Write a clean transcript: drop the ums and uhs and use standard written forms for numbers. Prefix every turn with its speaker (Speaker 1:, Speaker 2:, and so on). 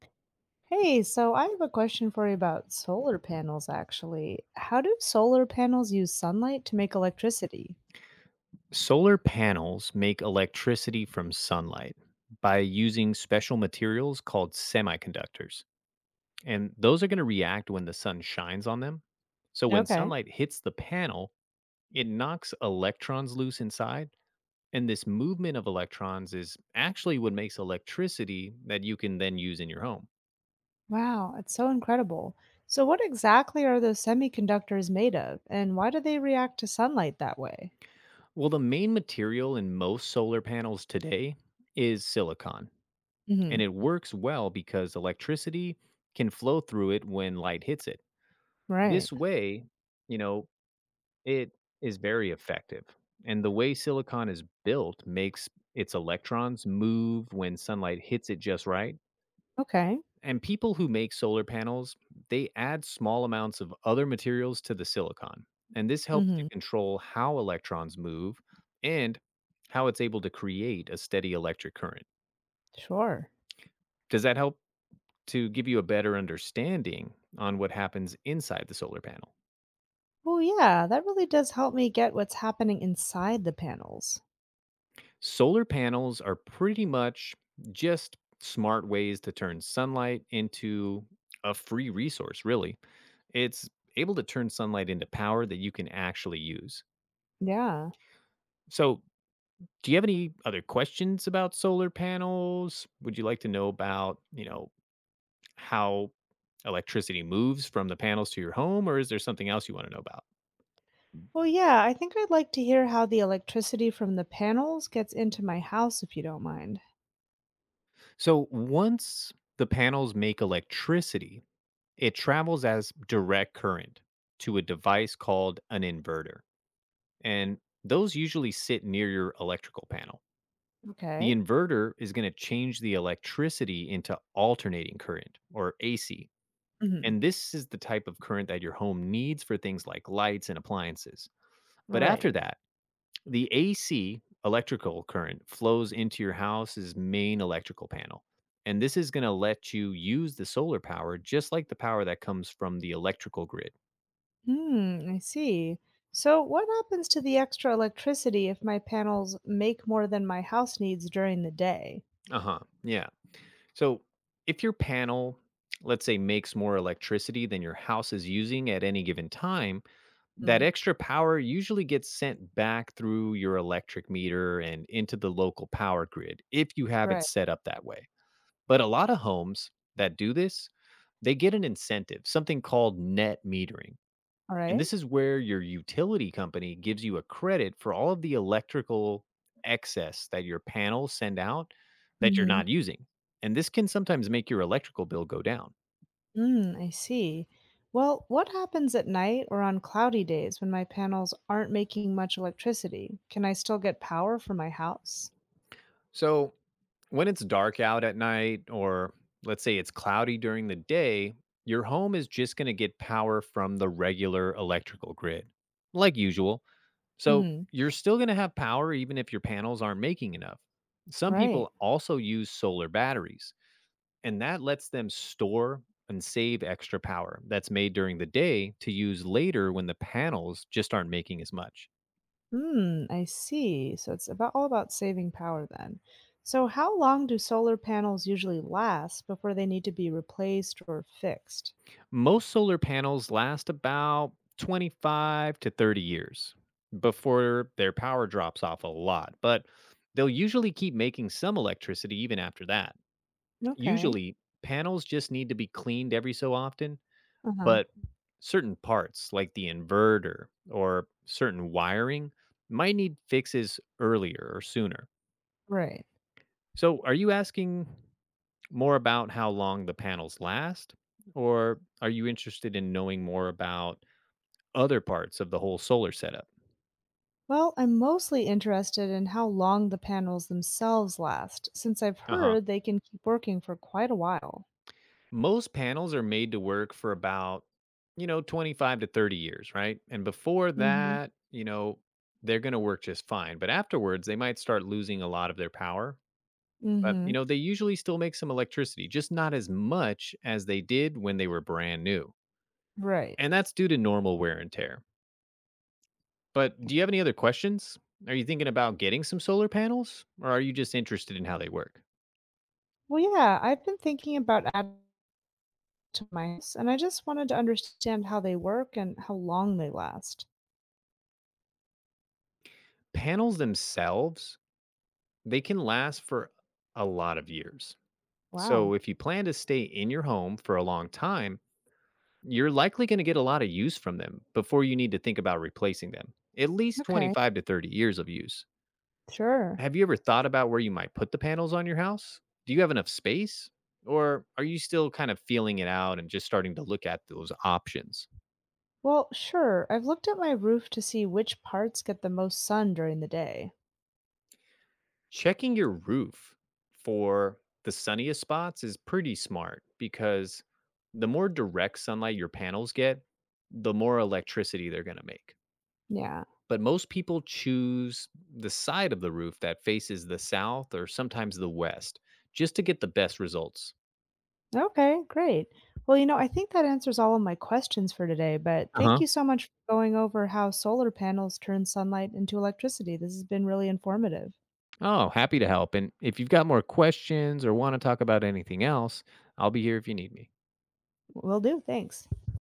Speaker 1: Hey, so I have a question for you about solar panels, actually. How do solar panels use sunlight to make electricity?
Speaker 2: Solar panels make electricity from sunlight by using special materials called semiconductors. And those are going to react when the sun shines on them. So when
Speaker 1: Okay.
Speaker 2: sunlight hits the panel, it knocks electrons loose inside. And this movement of electrons is actually what makes electricity that you can then use in your home.
Speaker 1: Wow, it's so incredible. So, what exactly are those semiconductors made of, and why do they react to sunlight that way?
Speaker 2: Well, the main material in most solar panels today is silicon,
Speaker 1: Mm-hmm.
Speaker 2: and it works well because electricity can flow through it when light hits it.
Speaker 1: Right.
Speaker 2: This way, you know, it is very effective. And the way silicon is built makes its electrons move when sunlight hits it just right.
Speaker 1: Okay.
Speaker 2: And people who make solar panels, they add small amounts of other materials to the silicon. And this helps to
Speaker 1: Mm-hmm.
Speaker 2: control how electrons move and how it's able to create a steady electric current.
Speaker 1: Sure.
Speaker 2: Does that help to give you a better understanding on what happens inside the solar panel?
Speaker 1: Well, yeah, that really does help me get what's happening inside the panels.
Speaker 2: Solar panels are pretty much just smart ways to turn sunlight into a free resource, really. It's able to turn sunlight into power that you can actually use.
Speaker 1: Yeah.
Speaker 2: So, do you have any other questions about solar panels? Would you like to know about, how electricity moves from the panels to your home, or is there something else you want to know about?
Speaker 1: Well, yeah, I think I'd like to hear how the electricity from the panels gets into my house if you don't mind.
Speaker 2: So, once the panels make electricity, it travels as direct current to a device called an inverter, and those usually sit near your electrical panel. The
Speaker 1: Okay.
Speaker 2: inverter is going to change the electricity into alternating current, or AC.
Speaker 1: Hmm.
Speaker 2: And this is the type of current that your home needs for things like lights and appliances. But
Speaker 1: Right.
Speaker 2: after that, the AC electrical current flows into your house's main electrical panel. And this is going to let you use the solar power just like the power that comes from the electrical grid.
Speaker 1: Hmm, I see. So, what happens to the extra electricity if my panels make more than my house needs during the day?
Speaker 2: Uh-huh. Yeah. So if your panel, let's say, makes more electricity than your house is using at any given time, that
Speaker 1: Mm.
Speaker 2: extra power usually gets sent back through your electric meter and into the local power grid if you have it
Speaker 1: Right.
Speaker 2: set up that way. But a lot of homes that do this, they get an incentive, something called net metering.
Speaker 1: All
Speaker 2: And
Speaker 1: right.
Speaker 2: this is where your utility company gives you a credit for all of the electrical excess that your panels send out that you're
Speaker 1: Mm-hmm.
Speaker 2: not using. And this can sometimes make your electrical bill go down.
Speaker 1: Mm, I see. Well, what happens at night or on cloudy days when my panels aren't making much electricity? Can I still get power for my house?
Speaker 2: So, when it's dark out at night, or let's say it's cloudy during the day, your home is just going to get power from the regular electrical grid, like usual. So,
Speaker 1: Hmm.
Speaker 2: you're still going to have power even if your panels aren't making enough. Some
Speaker 1: Right.
Speaker 2: people also use solar batteries, and that lets them store and save extra power that's made during the day to use later when the panels just aren't making as much.
Speaker 1: Hmm, I see. So it's about all about saving power then. So how long do solar panels usually last before they need to be replaced or fixed?
Speaker 2: Most solar panels last about 25 to 30 years before their power drops off a lot, but they'll usually keep making some electricity even after that.
Speaker 1: Okay.
Speaker 2: Usually, panels just need to be cleaned every so often,
Speaker 1: Uh-huh.
Speaker 2: but certain parts like the inverter or certain wiring might need fixes earlier or sooner.
Speaker 1: Right.
Speaker 2: So, are you asking more about how long the panels last, or are you interested in knowing more about other parts of the whole solar setup?
Speaker 1: Well, I'm mostly interested in how long the panels themselves last, since I've
Speaker 2: Uh huh.
Speaker 1: heard they can keep working for quite a while.
Speaker 2: Most panels are made to work for about, 25 to 30 years, right? And before
Speaker 1: Mm-hmm.
Speaker 2: that, they're going to work just fine. But afterwards, they might start losing a lot of their power. But, you
Speaker 1: Mm-hmm.
Speaker 2: know, they usually still make some electricity, just not as much as they did when they were brand new.
Speaker 1: Right.
Speaker 2: And that's due to normal wear and tear. But do you have any other questions? Are you thinking about getting some solar panels, or are you just interested in how they work?
Speaker 1: Well, yeah, I've been thinking about adding to my house, and I just wanted to understand how they work and how long they last.
Speaker 2: Panels themselves, they can last for a lot of years. So
Speaker 1: Wow.
Speaker 2: if you plan to stay in your home for a long time, you're likely going to get a lot of use from them before you need to think about replacing them. At least
Speaker 1: Okay.
Speaker 2: 25 to 30 years of use.
Speaker 1: Sure.
Speaker 2: Have you ever thought about where you might put the panels on your house? Do you have enough space? Or are you still kind of feeling it out and just starting to look at those options?
Speaker 1: Well, sure. I've looked at my roof to see which parts get the most sun during the day.
Speaker 2: Checking your roof for the sunniest spots is pretty smart because the more direct sunlight your panels get, the more electricity they're going to make.
Speaker 1: Yeah.
Speaker 2: But most people choose the side of the roof that faces the south or sometimes the west, just to get the best results.
Speaker 1: Okay, great. Well, you know, I think that answers all of my questions for today, but thank you so much for going over how solar panels turn sunlight into electricity. This has been really informative.
Speaker 2: Oh, happy to help. And if you've got more questions or want to talk about anything else, I'll be here if you need me.
Speaker 1: Will do. Thanks.